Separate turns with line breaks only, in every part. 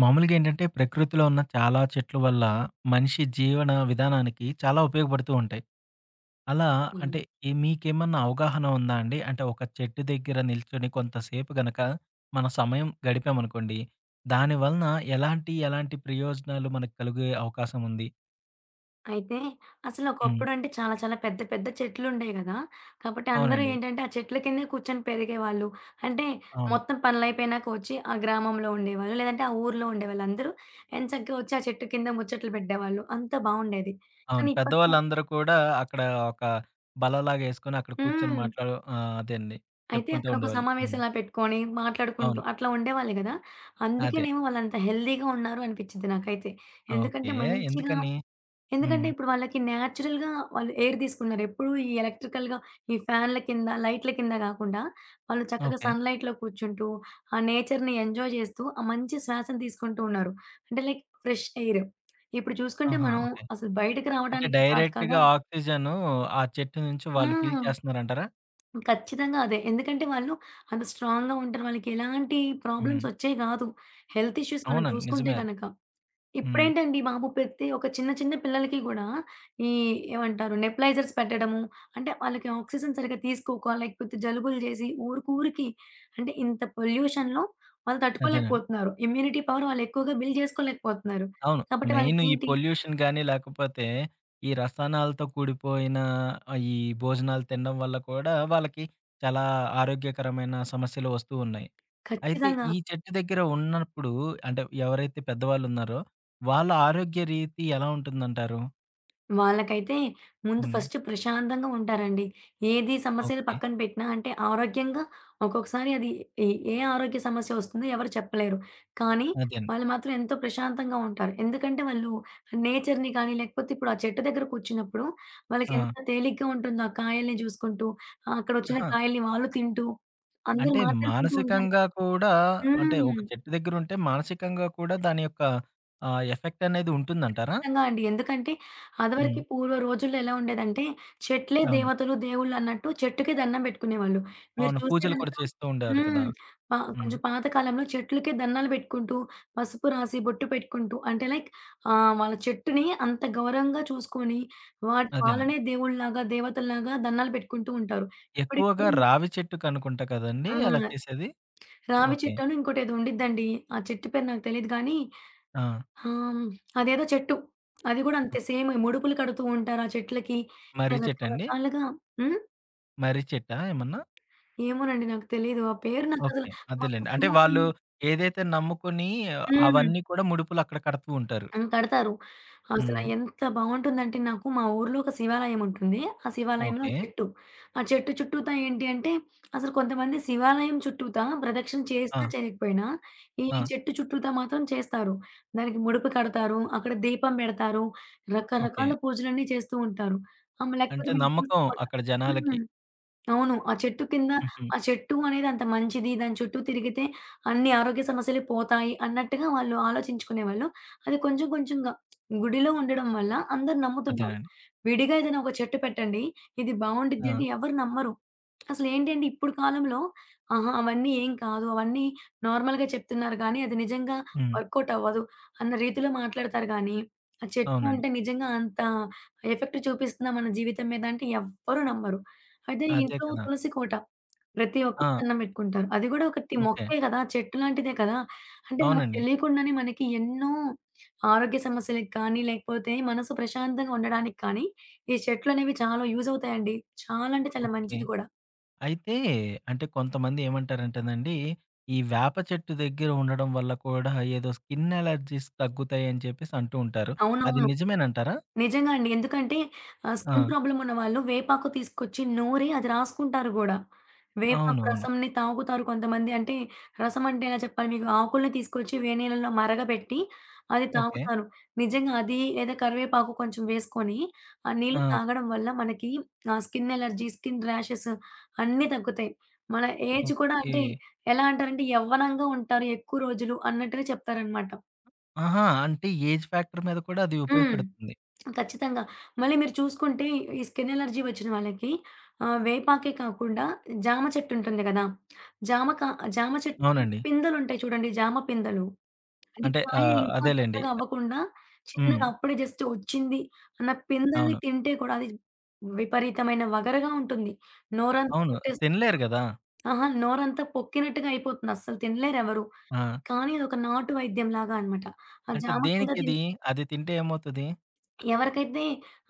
మామూలుగా ఏంటంటే ప్రకృతిలో ఉన్న చాలా చెట్లు వల్ల మనిషి జీవన విధానానికి చాలా ఉపయోగపడుతూ ఉంటాయి. అలా అంటే
అవును.
ఈ మీకేమన్నా అవగాహన ఉందా అండి? అంటే ఒక చెట్టు దగ్గర నిల్చొని కొంతసేపు గనక మన సమయం గడిపామనుకోండి. దాని వలన ఎలాంటి ప్రయోజనాలు మనకు కలిగే అవకాశం ఉంది?
అయితే అసలు
హ్మ్.
ఒకప్పుడంటే చాలా చాలా పెద్ద పెద్ద చెట్లుండేయి గదా! కాబట్టి అందరూ
అవునండి.
ఏంటంటే ఆ చెట్ల కిందే కూర్చొని పెరిగేవాళ్ళు. అంటే
అవును.
మొత్తం పనులయిపోయినాక వచ్చి ఆ గ్రామంలో ఉండేవాళ్ళు. లేదంటే ఆ ఊర్లో ఉండేవాళ్ళు. అందరూ ఎంచక్కా వచ్చి ఆ చెట్టు కింద ముచ్చట్లు పెట్టేవాళ్ళు. అంతా బావుండేది.
అవును.
కానీ ఇప్పట్లో
పెద్దవాళ్ళందరూ కూడా అక్కడ ఒక బల్లలాగా ఏసుకొని అక్కడ కూర్చొని
హ్మ్.
మాట్లాడు ఆ! అదే అండి.
అయితే
చెప్పుకుంటూ
అక్కడ ఒక
ఉండేవాళ్ళు. హ్మ్.
సమావేశంలా పెట్టుకొని మాట్లాడుకుంటూ
అవును.
అట్లా ఉండేవాళ్ళు గదా!
అదే.
అందుకేనేమో వాళ్ళంత హెల్తీగా ఉన్నారు అనిపిచ్చిద్ది నాకైతే.
ఓకే.
ఎందుకంటే మంచిగా
ఎందుకని? హ్మ్.
ఎందుకంటే ఇప్పుడు వాళ్ళకి నేచురల్‌గా వాళ్ళు ఎయిర్ తీసుకున్నారు. ఎప్పుడు ఈ ఎలక్ట్రికల్‌గా ఈ ఫ్యాన్‌ల కింద, లైట్‌ల కింద గాకుండా వాళ్ళు చక్కగా
ఓకే.
సన్‌లైట్‌లో కూర్చుంటూ, ఆ నేచర్‌ని ఎంజాయ్ చేస్తూ, ఆ మంచి శ్వాసను తీసుకుంటూ ఉన్నారు. అంటే లైక్ ఫ్రెష్ ఎయిర్. ఇప్పుడు చూసుకుంటే
ఆహా!
మనం
ఓకే.
అసలు బయటకి
అంటే
రావడానికి కాదు కదా!
డైరెక్ట్‌గా ఆక్సిజను ఆ చెట్టు నుంచి
ఆ!
వాళ్ళు పీల్చేస్తున్నారంటారా?
ఖచ్చితంగా అదే. ఎందుకంటే వాళ్ళు అంత స్ట్రాంగ్‌గా ఉంటారు. వాళ్ళకి ఎలాంటి ప్రాబ్లమ్స్
హ్మ్.
వచ్చేవి కాదు. హెల్త్ ఇష్యూస్ మనం
అవునండి.
చూసుకుంటే
నిజమే అది.
గనక.
హ్మ్.
ఇప్పుడేంటండి బాబు! ప్రతి ఒక చిన్న చిన్న పిల్లలకి గూడా ఈ ఏమంటారు? నెప్లైజర్స్ పెట్టడము. అంటే వాళ్ళకి ఆక్సిజన్ సరిగ్గా తీసుకోక, లేకపోతే జలుబులు జేసి ఊరుకూరికి అంటే ఇంత పొల్యూషన్‌లో వాళ్ళు
అదేనండి.
తట్టుకోలేకపోతున్నారు. ఇమ్యూనిటీ పవర్ వాళ్ళు ఎక్కువగా బిల్డ్ జేసుకోలేకపోతున్నారు.
అవును.
కాబట్టి
మెయిన్ ఈ
వాళ్ళకేంటి
పొల్యూషన్ గాని, లేకపోతే ఈ రసాయనాలతో కూడిపోయిన ఈ భోజనాలు తినడం వల్ల కూడా వాళ్ళకి చాలా ఆరోగ్యకరమైన సమస్యలు వస్తూ ఉన్నాయి. అయితే
ఖచ్చితంగా
ఈ చెట్టు దగ్గర ఉన్నప్పుడు అంటే ఎవరైతే పెద్దవాళ్ళున్నారో వాళ్ళ ఆరోగ్య రీతి ఎలా ఉంటుందంటారు?
వాళ్ళకైతే ముందు
హ్మ్.
ఫస్ట్ ప్రశాంతంగా ఉంటారండి. ఏది సమస్యలు
ఓకే.
పక్కన పెట్టినా అంటే ఆరోగ్యంగా ఒక్కొక్కసారి అది ఏ ఏ ఆరోగ్య సమస్య వస్తుందో ఎవరు చెప్పలేరు. కానీ
అదేండి.
వాళ్ళు మాత్రం ఎంతో ప్రశాంతంగా ఉంటారు. ఎందుకంటే వాళ్ళు నేచర్‌ని కానీ లేకపోతే ఇప్పుడు ఆ చెట్టు దగ్గర కూర్చున్నప్పుడు
ఆ!
వాళ్ళకెంత తేలిగ్గా ఉంటుందో ఆ కాయల్ని చూసుకుంటూ, అక్కడొచ్చిన
ఆహా!
కాయల్ని వాళ్ళు తింటూ అందరూ
అంటే
మాట్లాడుకుంటూ ఉంటారు.
మానసికంగా కూడా అంటే
హ్మ్.
ఒక చెట్టు దగ్గరుంటే మానసికంగా కూడా దాని యొక్క ఎఫెక్ట్ అనేది ఉంటుందంటారా?
ఖచ్చితంగా అండి. ఎందుకంటే,
హ్మ్.
అదివరకి పూర్వ రోజుల్లో ఎలా ఉండేదంటే, చెట్లే
అవును.
దేవతలు, దేవుళ్ళు అన్నట్టు చెట్టుకే దండం పెట్టుకునేవాళ్ళు. మీరు
అవును.
చూస్తే
పూజలు కూడా
గనక
చేస్తూ ఉండేవారు కదా!
హ్మ్.
హ్మ్.
కొంచెం పాత కాలంలో చెట్లకే దండాలు పెట్టుకుంటూ, పసుపు రాసి, బొట్టు పెట్టుకుంటూ అంటే లైక్ వాళ్ళ చెట్టుని అంత గౌరవంగా చూసుకొని,
అదేనండి.
వాళ్ళనే దేవుళ్ళలాగా, దేవతల్లాగా దండాలు పెట్టుకుంటూ ఉంటారు. ఇప్పటికి
ఎక్కువగా
కూడా
రావి చెట్టుకనుకుంటా కదండీ అలా
ఆ!
చేసేది?
రావి
ఓకే.
చెట్టనో ఇంకోటేదో ఉండిద్దండి. ఆ చెట్టు పేరు నాకు తెలీదు గానీ
ఆ!
ఆ! హ్మ్. అదేదో చెట్టు. అది గూడా అంతే సేమ్ ముడుపులు కడుతూ ఉంటారు ఆ చెట్లకి.
మర్రి చెట్టండి?
రకరకాలుగా హ్మ్.
మర్రి చెట్టా ఏమన్నా?
ఏమోనండి నాకు తెలీదు. ఆ పేరు నాకసలు
ఓకే.
మాకు
అదేలెండి. అంటే
శివాలయం
వాళ్ళు ఏదైతే నమ్ముకొని
హ్మ్.
అవన్నీ కూడా ముడుపులు అక్కడ కడుతూ ఉంటారు.
ఆ! కడతారు. అసల
హ్మ్.
ఎంత బావుంటుందంటే నాకు మా ఊర్లో ఒక శివాలయం ఉంటుంది. ఆ శివాలయంలో
ఓకే.
చెట్టు. ఆ చెట్టు చుట్టూతా ఏంటి అంటే అసలు కొంతమంది శివాలయం చుట్టూతా ప్రదక్షిణ
ఆ!
చేసినా చేయకపోయినా ఈ
ఆ!
చెట్టు చుట్టూతా మాత్రం చేస్తారు. దానికి ముడుపు కడతారు. అక్కడ దీపం పెడతారు.
ఓకే.
రకరకాల పూజలన్నీ చేస్తూ ఉంటారు.
అంటే
లేకపోతే మనం తులసి
నమ్మకం
కోట
అక్కడ జనాలకి.
హ్మ్. అవును. ఆ చెట్టు కింద
హుహు.
ఆ చెట్టు అనేది అంత మంచిది. దాని చుట్టూ తిరిగితే అన్ని ఆరోగ్య సమస్యలు పోతాయి అన్నట్టుగా వాళ్ళు ఆలోచించుకునేవాళ్ళు. అది కొంచెం కొంచెంగా గుడిలో ఉండడం వల్ల అందరూ నమ్ముతున్నారు.
అదేనండి.
విడిగా ఏదైనా ఒక చెట్టు పెట్టండి. ఇది బావుండిద్ది
ఆ!
అంటే ఎవరు నమ్మరు. అసలేంటంటే ఇప్పుడు కాలంలో ఆహా! అవన్నీ ఏం కాదు. అవన్నీ నార్మల్‌గా చెప్తున్నారు గానీ, అది నిజంగా
హ్మ్.
వర్కౌట్ అవ్వదు అన్న రీతిలో మాట్లాడతారు గానీ, ఆ చెట్టు
అవునండి.
అంటే నిజంగా అంత ఎఫెక్ట్ చూపిస్తుందా మన జీవితం మీద అంటే ఎవ్వరు నమ్మరు. అదే
అదే
ఇంట్లో
కదా!
తులసి కోట. ప్రతి ఒక్కరు
ఆ!
దండం పెట్టుకుంటారు. అది గూడా ఒకటి
ఓకే.
మొక్కే గదా! చెట్టు లాంటిదే కదా! అంటే మనకు
అవునండి.
తెలియకుండానే మనకి ఎన్నో ఆరోగ్య సమస్యలకి కానీ, లేకపోతే మనసు ప్రశాంతంగా ఉండడానికి కానీ, ఈ చెట్లనేవి చాలా యూజ్ అవుతాయండి. చాలా అంటే చాలా
ఓకే.
మంచిది గూడా.
అయితే అంటే కొంతమంది ఏమంటారంటేనండి, ఈ వేప చెట్టు దగ్గర ఉండడం వల్ల కూడా ఏదో స్కిన్ అలర్జీస్ తగ్గుతాయని చెప్పేసి అంటూ ఉంటారు. అది
అవునవును.
నిజమేనంటారా?
నిజంగా అండి. ఎందుకంటే స్కిన్
ఆ!
ప్రాబ్లమ్ ఉన్నవాళ్ళు వేపాకు తీసుకొచ్చి నూరి అది రాసుకుంటారు గూడా. వేపాకు
అవునవును.
రసంని తాగుతారు కొంతమంది. అంటే రసం అంటే ఎలా చెప్పాలి మీకు? ఆకుల్ని తీసుకొచ్చి వేడినీళ్ళలో మరగబెట్టి అది
ఓకే.
తాగుతారు. నిజంగా అది లేదా కరివేపాకు కొంచెం వేసుకొని ఆ నీళ్లు
ఆ!
తాగడం వల్ల మనకి ఆ స్కిన్ ఎలర్జీ, స్కిన్ ర్యాషెస్ అన్నీ తగ్గుతాయి. మన ఏజ్ కూడా
ఓకే.
అంటే ఎలా అంటారంటే యవ్వనంగా ఉంటారు ఎక్కువ రోజులు అన్నట్టుగా చెప్తారనమాట.
ఆహా! అంటే ఏజ్ ఫ్యాక్టర్ మీద కూడా అది
హ్మ్.
ఉపయోగపడుతుంది.
ఖచ్చితంగా. మళ్ళీ మీరు చూసుకుంటే ఈ స్కిన్ అలర్జీ వచ్చిన వాళ్ళకి వేపాకే కాకుండా జామ చెట్టు ఉంటుంది గదా! జామ కా జామ చెట్టుకి
అవునండి.
పిందెలుంటాయి చూడండి. జామ పిందెలు. అంటే
అంటే
కాయ ఇంకా
అదేలెండి.
పెద్దగా అవ్వకుండా
హ్మ్.
చిన్నగా అప్పుడే జస్ట్ వచ్చింది అన్న పిందెల్ని
అవును.
తింటే కూడా అది విపరీతమైన వగరుగా ఉంటుంది. నోరంతా
అవును.
కొట్టేస్తుంది.
తినలేరు గదా!
ఆహా! నోరంతా పొక్కినట్టుగా అయిపోతుంది. అస్సలు తినలేరెవరు.
ఆ!
కానీ అదొక నాటు వైద్యం లాగా అన్నమాట. ఆ
అంటే
జామ పిందె
దేనికిది?
తింటే
అది తింటే ఏమవుతది?
ఎవరికైతే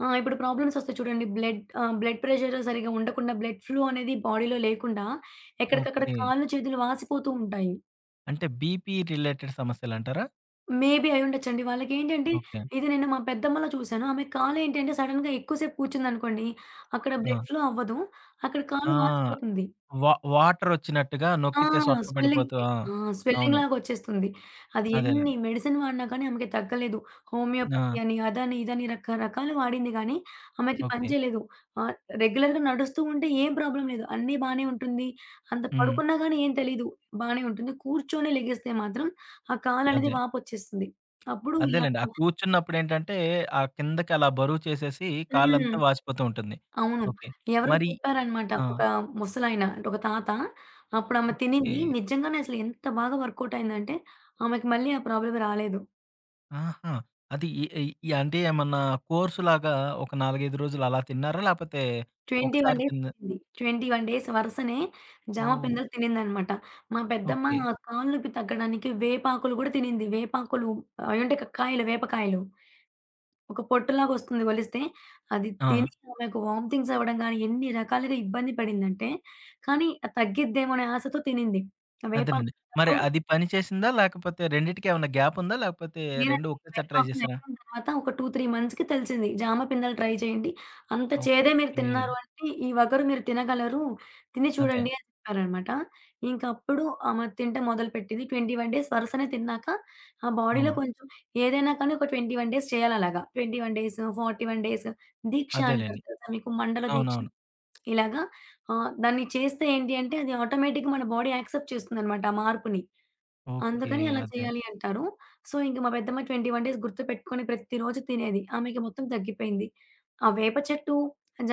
ఇప్పుడు ప్రాబ్లమ్స్ వస్తాయి చూడండి. బ్లడ్ ప్రెషర్ సరిగ్గా ఉండకుండా, బ్లడ్ ఫ్లో అనేది బాడీలో లేకుండా ఎక్కడికక్కడ
ఓకే.
కాళ్ళు, చేతులు వాసిపోతూ ఉంటాయి.
అంటే బీపీ రిలేటెడ్ సమస్యలంటారా?
మేబీ అయ్యుండొచ్చండి. వాళ్ళకేంటంటే
ఓకే.
ఇది నేను మా పెద్దమ్మలో చూసాను. ఆమె కాలేంటంటే సడెన్‌గా ఎక్కువ సేపు కూర్చుందనుకోండి, అక్కడ
ఆ!
బ్లడ్ ఫ్లో అవ్వదు. అక్కడ
ఆ!
కాలు వాసిపోతుంది.
వాటరొచ్చినట్టుగా
ఆ!
నొక్కితే సొట్ల
స్వెల్లింగ్
పడిపోతూ ఆ!
ఆ!
అవును.
స్వెల్లింగ్‌లాగొచ్చేస్తుంది. అది ఎన్ని
అదేనండి.
మెడిసిన్ వాడినా కానీ ఆమెకి తగ్గలేదు.
ఆ!
హోమియోపతి అని, అదని, ఇదని రకరకాలు వాడింది గానీ, ఆమెకి పని
ఓకే.
చేయలేదు. ఆహ్, రెగ్యులర్‌గా నడుస్తూ ఉంటే ఏం ప్రాబ్లమ్ లేదు. అన్నీ బానే ఉంటుంది. అంత
హ్మ్.
పడుకున్నా గానీ ఏం తెలీదు. బానే ఉంటుంది. కూర్చొని లెగిస్తే మాత్రం ఆ కాలనేది
అదే.
వాపొచ్చేస్తుంది. అప్పుడు ఇలాగ
అదేలెండి. ఆ కూర్చున్నప్పుడేంటంటే, ఆ కిందకి అలా బరువు చేసేసి
హ్మ్.
కాళ్ళంతా వాచిపోతూ ఉంటుంది.
అవును.
ఓకే.
ఎవరో
మరి
చెప్పారనమాట.
ఆ!
ఒక ముసలాయన అంటే ఒక తాత. అప్పుడు ఆమె
ఓకే.
తినింది నిజంగానే అసలు ఎంత బాగా వర్కౌట్ అయిందంటే, ఆమెకి మళ్ళీ ఆ ప్రాబ్లమ్ రాలేదు.
ఆహా! అది ఎ ఎ ఈ అంటే ఏమన్నా కోర్స్‌లాగా ఒక 4, 5 రోజులు అలా తిన్నారా? లేపోతే
21
ఒకసారి
డేస్
తిన్న
తినింది. 21 డేస్ వరుసనే జామ
ఓహ్!
పిందెలు తినిందనమాట. మా పెద్దమ్మ
ఓకే.
ఆ కాళ్ళు నొప్పి తగ్గడానికి వేపాకులు గూడా తినింది. వేపాకులు అవి ఉంటాయి కదా! కాయలు వేపకాయలు. ఒక పొట్టులాగా వస్తుంది ఒలిస్తే, అది
ఆ!
తిని ఆమెకు వామిటింగ్స్ అవ్వడం గాని, ఎన్ని రకాలుగా ఇబ్బంది పడిందంటే, కానీ తగ్గిద్దేమో అనే ఆశతో తినింది. ఆ వేపాకు
అదేనండి. మరి
తిన్నప్పుడు
అది పని చేసిందా? లేకపోతే రెండిటికి ఏమన్నా గ్యాప్ ఉందా? లేకపోతే 2
లేదండి.
ఒకేసారి ట్రై
వడపప్పు
చేసారా?
అయిపోయిన తర్వాత ఒక 2, 3 మంత్స్‌కి తెలిసింది. జామ పిందెలు ట్రై చేయండి. అంత చేదే మీరు
ఓకే.
తిన్నారు అంటే, ఈ వగరు మీరు తినగలరు. తిని
అదే.
చూడండి అని చెప్పారనమాట. ఇంక అప్పుడు ఆమె తినటం మొదలుపెట్టింది. 21 డేస్ వరుసనే తిన్నాక, ఆ
ఆ!
బాడీలో కొంచెం ఏదైనా కానీ ఒక 21 డేస్ చేయాలలాగా. 21 డేస్, 41 డేస్ దీక్ష అంటారు
అదేలెండి.
తెలుసా మీకు? మండల దీక్ష.
అవునవును.
ఇలాగా దాన్ని చేస్తే ఏంటి అంటే, అది ఆటోమేటిక్‌గా మన బాడీ యాక్సెప్ట్ చేస్తుందనమాట ఆ మార్పుని.
ఓకే.
అందుకని అలా
అదే.
చేయాలి అంటారు. సో, ఇంక మా పెద్దమ్మాయి 21 డేస్ గుర్తుపెట్టుకొని ప్రతిరోజు తినేది. ఆమెకి మొత్తం తగ్గిపోయింది. ఆ వేప చెట్టు,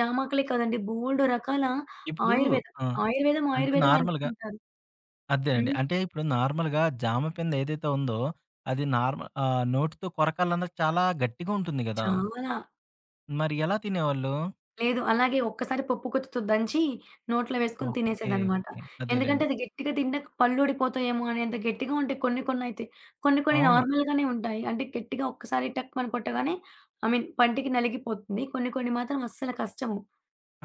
జామాకులే కాదండి బోలెడు రకాల
ఇప్పుడు
ఆయుర్వేదం,
ఆ!
ఆయుర్వేదం,
అంటే
ఆయుర్వేదం అంటూ
నార్మల్‌గా
ఉంటారు.
అదేనండి.
హ్మ్.
అంటే ఇప్పుడు నార్మల్‌గా జామ పిండి ఏదైతే ఉందో అది నార్మల్ నోటితో కొరకాలన్నా చాలా గట్టిగా ఉంటుంది గదా!
చాలా.
మరి ఎలా తినేవాళ్ళు?
లేదు. అలాగే ఒక్కసారి పప్పు గుత్తితో దంచి నోట్లో వేసుకొని
ఓకే.
తినేసేదనమాట.
ఓకే.
ఎందుకంటే
అదేలెండి.
అది గట్టిగా తింటే పళ్ళూడిపోతాయేమో అనేంత గట్టిగా ఉంటాయి కొన్ని కొన్నయితే. కొన్ని కొన్ని
అవును.
నార్మల్‌గానే ఉంటాయి. అంటే గట్టిగా ఒక్కసారి టక్‌మని కొట్టగానే ఐ మీన్ పంటికి నలిగిపోతుంది. కొన్ని కొన్ని మాత్రం అస్సలు కష్టము.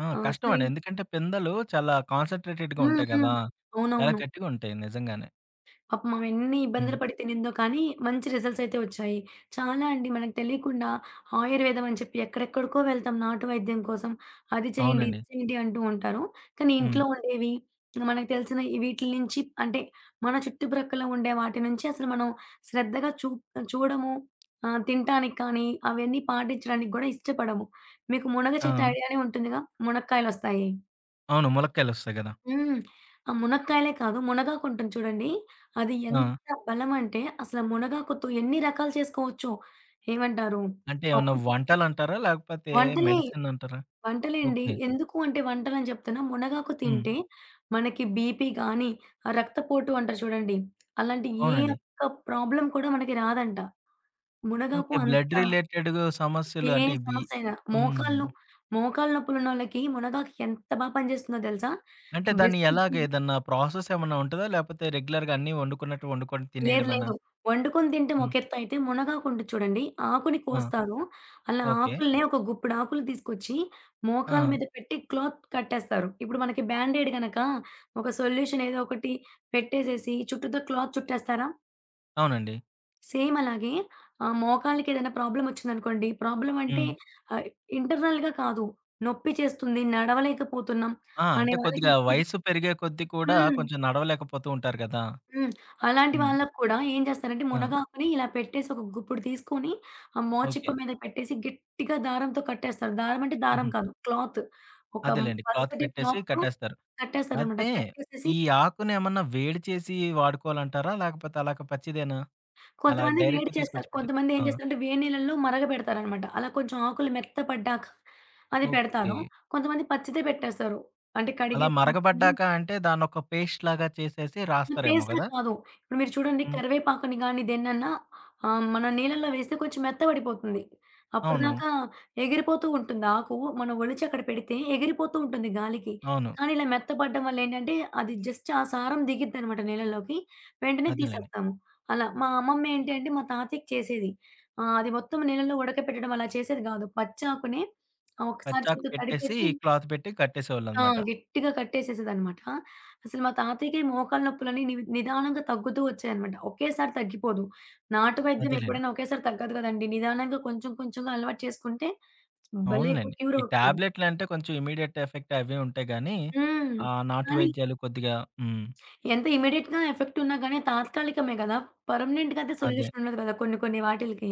ఆ!
ఆ! సో,
కష్టం అండి.
ఏంటి
ఎందుకంటే పిందెలు చాలా కాన్సంట్రేటెడ్‌గా
హ్మ్.
ఉంటాయి గదా!
హ్మ్.
చాలా
అవునవును.
గట్టిగా ఉంటాయి నిజంగానే.
పాపం ఆమెన్ని
హ్మ్.
ఇబ్బందులు పడి తినిందో కానీ, మంచి రిజల్ట్స్ అయితే వచ్చాయి. చాలా అండి మనకు తెలియకుండా ఆయుర్వేదం అని చెప్పి ఎక్కడెక్కడికో వెళ్తాం నాటు వైద్యం కోసం. అది చేయండి,
అవునండి.
ఇది చేయండి అంటూ ఉంటారు. కానీ
హ్మ్.
ఇంట్లో ఉండేవి మనకు తెలిసిన వీటిల నుంచి అంటే మన చుట్టుప్రక్కల ఉండే వాటి నుంచి అసలు మనం శ్రద్ధగా చూడము. తినటానికి కానీ, అవన్నీ పాటించడానికి కూడా ఇష్టపడము. మీకు మునగ చెట్టు
ఆ!
ఐడియానే ఉంటుందిగా? మునక్కాయలొస్తాయి.
అవును. ములక్కాయలొస్తాయి గదా!
హ్మ్. ఆ మునక్కాయలే కాదు. మునగాకుంటుంది చూడండి. అది
ఆ!
ఎంత బలమంటే అసల మునగాకుతో ఎన్ని రకాలు చేసుకోవచ్చు. ఏమంటారు?
అంటే ఏమన్నా
పప్పు చేసుకో
వంటలంటారా? లేకపోతే
వంటలే.
మెడిసిన్ అంటారా?
వంటలే అండి.
ఓకే.
ఎందుకు అంటే వంటలని చెప్తున్నా. మునగాకు
హ్మ్.
తింటే మనకి బీపీ గానీ, ఆ రక్తపోటు అంటారు చూడండి. అలాంటి ఏ
అవునండి.
ఒక్క ప్రాబ్లమ్ కూడా మనకి రాదంట. మునగాకు
ఓకే. బ్లడ్
అంత
రిలేటెడ్‌గు సమస్యలు
ఏ
అంటే ఇవి
సమస్య అయినా
హ్మ్.
మోకాళ్ళు, మోకాళ్ళ నొప్పులున్నోళ్ళకి మునగాకు ఎంత బా పనిచేస్తుందో తెలుసా?
అంటే దాన్ని
బెస్ట్
ఎలాగ
ఎగ్జాంపుల్.
ఏదన్నా ప్రాసెస్ ఏమన్నా ఉంటదా? లేకపోతే రెగ్యులర్‌గా అన్నీ వండుకున్నట్టు వండుకొని
లేదు.
తినేయడమేనా?
లేదు. వండుకొని తింటం
హ్మ్.
ఒక ఎత్తు అయితే, మునగాకుంటది చూడండి, ఆకుని
ఆ!
కోస్తారు. అలా
ఓకే.
ఆకుల్నే ఒక గుప్పెడు ఆకులు తీసుకొచ్చి, మోకాళ్ళ
ఆ!
మీద పెట్టి క్లాత్ కట్టేస్తారు. ఇప్పుడు మనకి బ్యాండేడ్ గనక, ఒక సొల్యూషన్ ఏదో ఒకటి పెట్టేసేసి, చుట్టూతో క్లాత్ చుట్టేస్తారా?
అవునండి.
సేమ్ అలాగే ఆ మోకాళ్ళకి ఏదైనా ప్రాబ్లమ్ వచ్చిందనుకోండి, ప్రాబ్లమ్ అంటే
హ్మ్.
ఆహ్, ఇంటర్నల్‌గా కాదు, నొప్పి చేస్తుంది, నడవలేకపోతున్నాం
ఆ!
అనే
అంటే
వాళ్ళకి
కొద్దిగా
ఎక్కువ
వయసు పెరిగే కొద్దీ కూడా
హ్మ్.
కొంచెం నడవలేకపోతూ ఉంటారు గదా!
హ్మ్. అలాంటి
హ్మ్.
వాళ్ళకి కూడా ఏం చేస్తారంటే,
ఆ!
మునగాకుని ఇలా పెట్టేసి ఒక గుప్పుడు తీసుకొని, ఆ
ఓకే.
మోచిప్ప మీద పెట్టేసి గట్టిగా దారంతో కట్టేస్తారు. దారం అంటే
హుహు.
దారం కాదు. క్లాత్. ఒక
అదేలెండి. క్లాత్
పలచటి
పెట్టేసి
క్లాత్‌తో
కట్టేస్తారు.
కట్టేస్తారనమాట.
అయితే
కట్టేసేసి
ఈ ఆకునేమన్నా వేడి చేసి వాడుకోవాలంటారా? లేకపోతే అలాగ పచ్చిదేనా? అలా
కొంతమంది వేడి
డైరెక్ట్‌గా తీసుకొచ్చి
చేస్తారు.
పెట్టి
కొంతమంది
ఆ!
ఏం చేస్తారంటే, వేడి నీళ్ళల్లో మరగబెడతారనమాట. అలా కొంచెం ఆకులు మెత్తపడ్డాక అది
ఓకే.
పెడతారు. కొంతమంది పచ్చిదే పెట్టేస్తారు. అంటే
అలా
కడిగేసి
మరగబడ్డాక అంటే దాన్నొక పేస్ట్ లాగా చేసేసి
ఆ!
రాస్తారేమో
పేస్ట్‌లా
గదా!
కాదు. ఇప్పుడు మీరు చూడండి
హ్మ్.
కరివేపాకుని గాని, దేన్నన్నా మన నీళ్ళల్లో వేస్తే కొంచెం మెత్తబడిపోతుంది.
అవును.
అప్పటిదాకా ఎగిరిపోతూ ఉంటుంది ఆకు. మనం ఒలిచి అక్కడ పెడితే ఎగిరిపోతూ ఉంటుంది గాలికి.
అవును.
కానీ ఇలా మెత్తబడడం వల్ల ఏంటంటే, అది జస్ట్ ఆ సారం దిగిద్దనమాట నీళ్ళలోకి. వెంటనే
అదేలెండి.
తీసేస్తాము. అలా. మా అమ్మమ్మ ఏంటి అంటే, మా తాతయ్యకి చేసేది. అది మొత్తం నీళ్ళలో ఉడకపెట్టడం అలా చేసేది గాదు. పచ్చాకునే ఒకసారి
పచ్చాకు
చేత్తో
పెట్టేసి
తడిపేసి
క్లాత్ పెట్టి
ఆ!
కట్టేసేవాళ్ళనమాట.
గట్టిగా కట్టేసేసేదనమాట. అసలు మా తాతయ్యకి మోకాళ్ళ నొప్పులని నిదానంగా తగ్గుతూ వచ్చాయనమాట. ఒకేసారి తగ్గిపోదు. నాటు వైద్యం
అదేలెండి.
ఎప్పుడైనా ఒకేసారి తగ్గదు కదండీ! నిదానంగా కొంచెం కొంచెంగా అలవాటు చేసుకుంటే భలేగా
అవునులెండి.
క్యూర్
ఈ
అవుతుంది.
టాబ్లెట్లంటే కొంచెం ఇమ్మీడియేట్ ఎఫెక్ట్ అవే ఉంటాయి గానీ,
హ్మ్.
ఆ నాటు
కానీ
వైద్యాలు కొద్దిగా హ్మ్.
ఎంత ఇమ్మీడియేట్‌గా ఎఫెక్ట్ ఉన్నా గాని తాత్కాలికమే కదా! పర్మనెంట్‌గా అయితే
అదే.
సొల్యూషన్ ఉండదు కదా! కొన్ని కొన్ని వాటిలకి.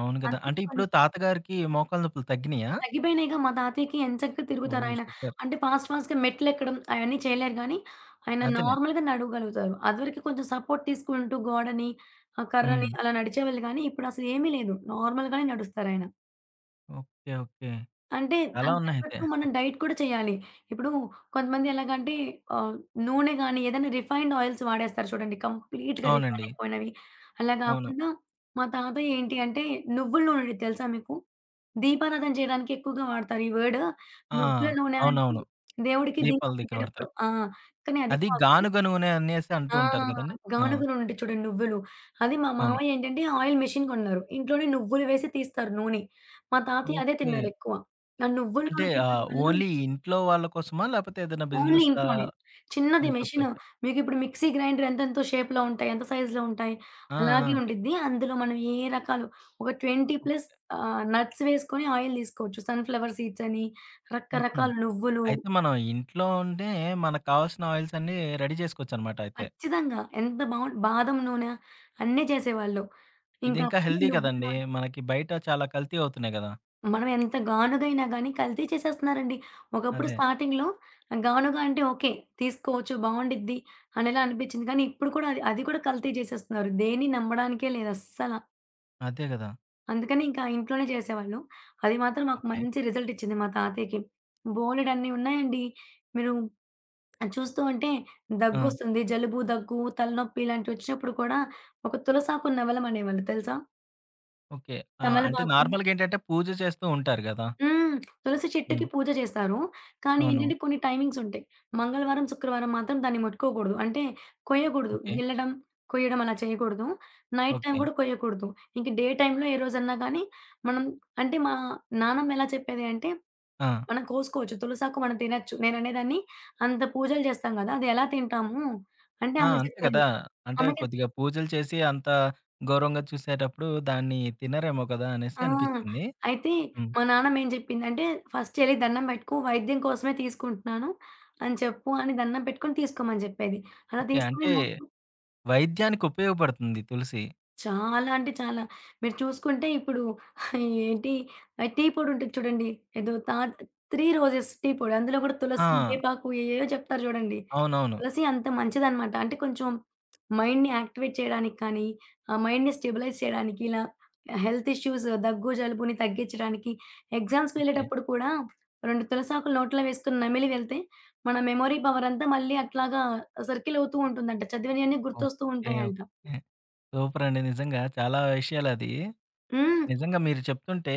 అవును గదా! అంటే
అందుకని
ఇప్పుడు
కొంచెం
తాతగారికి మోకాళ్ళ నొప్పులు తగ్గినియా?
తగ్గిపోయినాయిగా. మా తాతయ్యకి ఎంచక్కా
ఓహ్!
తిరుగుతారాయన.
సూపర్.
అంటే ఫాస్ట్ ఫాస్ట్‌గా మెట్లెక్కడం అయన్నీ చేయలేరు గానీ, ఆయన
అదేలెండి.
నార్మల్‌గా నడవగలుగుతారు. అదివరకు కొంచెం సపోర్ట్ తీసుకుంటూ గోడని, ఆ కర్రని
హ్మ్.
అలా నడిచేవాళ్ళు గానీ, ఇప్పుడసలు ఏమీ లేదు. నార్మల్‌గానే నడుస్తారాయన.
ఓకే. ఓకే.
అంటే
చాలా
దానికి
ఉన్నాయితే.
తగ్గట్టు మనం డైట్ కూడా చేయాలి. ఇప్పుడు కొంతమంది ఎలాగంటే ఆహ్, నూనె గాని, ఏదైనా రిఫైన్డ్ ఆయిల్స్ వాడేస్తారు చూడండి. కంప్లీట్‌గా రిఫైన్
అవునండి.
అయిపోయినవి. అలా
అవును.
గాకుండా మా తాతయ్య ఏంటి అంటే నువ్వుల నూనె తెలుసా మీకు? దీపారాధన చేయడానికి ఎక్కువగా వాడతారు ఈ వర్డ్.
ఆ!
నువ్వుల నూనె అంటే
అవునవును.
దేవుడికి
దీపాల
దీపం
దగ్గర
పెట్టేటప్పుడు.
వాడతారు.
ఆ! కానీ అది
అది
కాదు.
గానుగ నూనె అనేసి అంటూ
ఆ!
ఉంటారు గదండీ! ఆ!
గానుగ నూనె ఉంటుంది చూడండి నువ్వులు. అది మా
అవును.
మామయ్య ఏంటంటే ఆయిల్ మెషిన్ కొన్నారు. ఇంట్లోనే నువ్వులు వేసి తీస్తారు నూనె. మా తాతయ్య అదే
ఓకే.
తిన్నారెక్కువ. ఆ నువ్వుల
అంటే
నూనె తినడం వల్ల
ఓన్లీ ఇంట్లో వాళ్ళ కోసమా? లేపోతే ఏదైనా
ఓన్లీ
బిజినెస్
ఇంట్లోనే.
ఆహ్,
చిన్నది
ఇంట్లోకి
మెషిను.
ఓకే.
మీకిప్పుడు మిక్సీ గ్రైండర్ ఎంతెంతో షేప్‌లో ఉంటాయి. ఎంత సైజులో ఉంటాయి.
ఆ!
అలాగే
ఆ!
ఉండిద్ది. అందులో మనం ఏ రకాలు ఒక 20 ప్లస్ నట్స్ వేసుకొని ఆయిల్ తీసుకోవచ్చు. సన్‌ఫ్లవర్ సీడ్స్ అని,
హుహు.
రకరకాల నువ్వులు
అయితే మనం ఇంట్లో ఉండే మనకు కావాల్సిన ఆయిల్స్ అన్నీ రెడీ జేసుకోవచ్చనమాట అయితే.
ఖచ్చితంగా ఎంత బావుం బాదం నూనె అన్నీ చేసేవాళ్ళు.
ఇది ఇంకా
ఇంకప్పుడు
హెల్తీ
నువ్వులు
గదండీ! మనకి బయట చాలా కల్తీ అవుతున్నాయి గదా!
మనం ఎంత గానుగ అయినా గాని కల్తీ చేసేస్తున్నారండి. ఒకప్పుడు
అదే.
స్టార్టింగ్‌లో గానుగ అంటే ఓకే. తీసుకోవచ్చు బావుండిద్ది అనేలా అనిపించింది. కానీ ఇప్పుడు కూడా అది అది కూడా కల్తీ చేసేస్తున్నారు. దేన్ని నమ్మడానికే లేదు అస్సల.
అదే గదా!
అందుకని ఇంకా ఇంట్లోనే చేసేవాళ్ళు. అది మాత్రం మాకు
ఓకే.
మంచి రిజల్ట్ ఇచ్చింది మా తాతయ్యకి. బోలెడన్ని ఉన్నాయండి. మీరు అది చూస్తూ ఉంటే
ఆ!
దగ్గొస్తుంది. జలుబు, దగ్గు, తలనొప్పి ఇలాంటివి వచ్చినప్పుడు కూడా ఒక తులసాకు నవలం అనేవాళ్ళు తెలుసా?
ఓకే. ఆ! అంటే
తమలపాకు
నార్మల్‌గా ఏంటంటే పూజ చేస్తూ ఉంటారు గదా!
హ్మ్. తులసి చెట్టుకి
హ్మ్.
పూజ చేస్తారు. కానీ
అవును.
ఏంటంటే కొన్ని టైమింగ్స్ ఉంటాయి. మంగళవారం, శుక్రవారం మాత్రం దాన్ని ముట్టుకోకూడదు. అంటే కొయ్యకూడదు.
ఓకే.
జిల్లడం, కొయ్యడం అలా చేయకూడదు. Night time
okay.
కూడా కొయ్యకూడదు. ఇంక డే టైమ్‌లో ఏ రోజన్నా గానీ మనం అంటే మా నానమ్మ ఎలా చెప్పేది అంటే,
ఆ!
మనం కోసుకోవచ్చు. తులసాకు మనం తినొచ్చు. నేననేదాన్ని అంత పూజలు చేస్తాం గదా! అది ఎలా తింటాము? అంటే
ఆ!
ఆమె
అంతే
చెప్పేది.
గదా! అంటే
ఆమెకి
కొద్దిగా పూజలు చేసి అంత గౌరవంగా చూసేటప్పుడు దాన్ని తినరేమో కదా! అనేసి
ఆ!
అనిపిచ్చింది.
అయితే
హ్మ్.
మా నాన్నమేం జెప్పిందంటే, "ఫస్టెళ్లి దండం బెట్టుకో, వైద్యం కోసమే తీసుకుంటున్నాను అని చెప్పు" అని దండం పెట్టుకొని తీసుకోమని జెప్పేది. అలా
ఓకే.
తీసుకొని
అంటే
నోట్లో
వైద్యానికి ఉపయోగపడుతుంది తులసి.
చాలా అంటే చాలా. మీరు చూసుకుంటే ఇప్పుడు ఏంటి టీ పొడి ఉంటది చూడండి. ఏదో 3 రోజెస్ టీ పొడి. అందులో కూడా తులసి,
ఆ!
వేపాకు ఏయేయో చెప్తారు చూడండి.
అవునవును.
తులసి అంత మంచిదనమాట. అంటే కొంచెం మైండ్‌ని యాక్టివేట్ చేయడానికి కానీ, మైండ్‌ని స్టెబిలైజ్ చేయడానికి ఇలా హెల్త్ ఇష్యూస్ దగ్గు, జలుబుని తగ్గించడానికి ఎగ్జామ్స్‌కి
ఓకే.
వెళ్ళేటప్పుడు కూడా 2 తులసాకులు నోట్లో వేసుకొని నమిలి వెళ్తే మన మెమరీ పవర్ అంతా మళ్ళీ అట్లాగా సర్కిల్ అవుతూ ఉంటుందంట. చదివినయన్నీ గుర్తొస్తూ
ఓకే.
ఉంటాయంట.
ఓకే. సూపరండి. నిజంగా చాలా విషయాలది.
హ్మ్.
నిజంగా మీరు చెప్తుంటే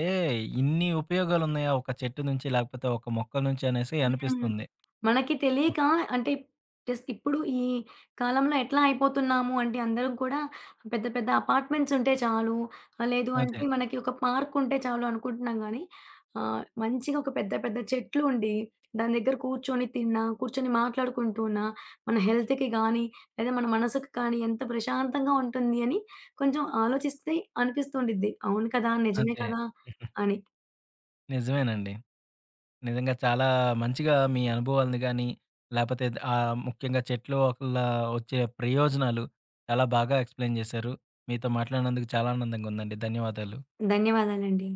ఇన్ని ఉపయోగాలున్నాయా ఒక చెట్టు నుంచి, లేకపోతే ఒక మొక్క నుంచి అనేసి
హ్మ్.
అనిపిస్తుంది.
మనకి తెలియక అంటే జస్ట్ ఇప్పుడు ఈ కాలంలో ఎట్లా అయిపోతున్నాము అంటే అందరూ కూడా పెద్ద పెద్ద అపార్ట్మెంట్స్ ఉంటే చాలు. లేదు
అదే.
అంటే మనకి ఒక పార్క్ ఉంటే చాలు అనుకుంటున్నాం గానీ, మంచిగా ఒక పెద్ద పెద్ద చెట్లు ఉండి, దాని దగ్గర కూర్చొని తిన్నా, కూర్చొని మాట్లాడుకుంటూ ఉన్నా, మన హెల్త్‌కి గానీ, లేదా మన మనసుకు కానీ ఎంత ప్రశాంతంగా ఉంటుంది అని కొంచెం ఆలోచిస్తే అనిపిస్తూ ఉండిద్ది. అవును కదా! నిజమే
అదే.
కదా! అని.
నిజమేనండి. నిజంగా చాలా మంచిగా మీ అనుభవాలను గాని, లేపోతే ముఖ్యంగా చెట్లు వల్ల వచ్చే ప్రయోజనాలు చాలా బాగా ఎక్స్‌ప్లెయిన్ చేశారు. మీతో మాట్లాడినందుకు చాలా ఆనందంగా ఉందండి. ధన్యవాదాలు.
ధన్యవాదాలండి.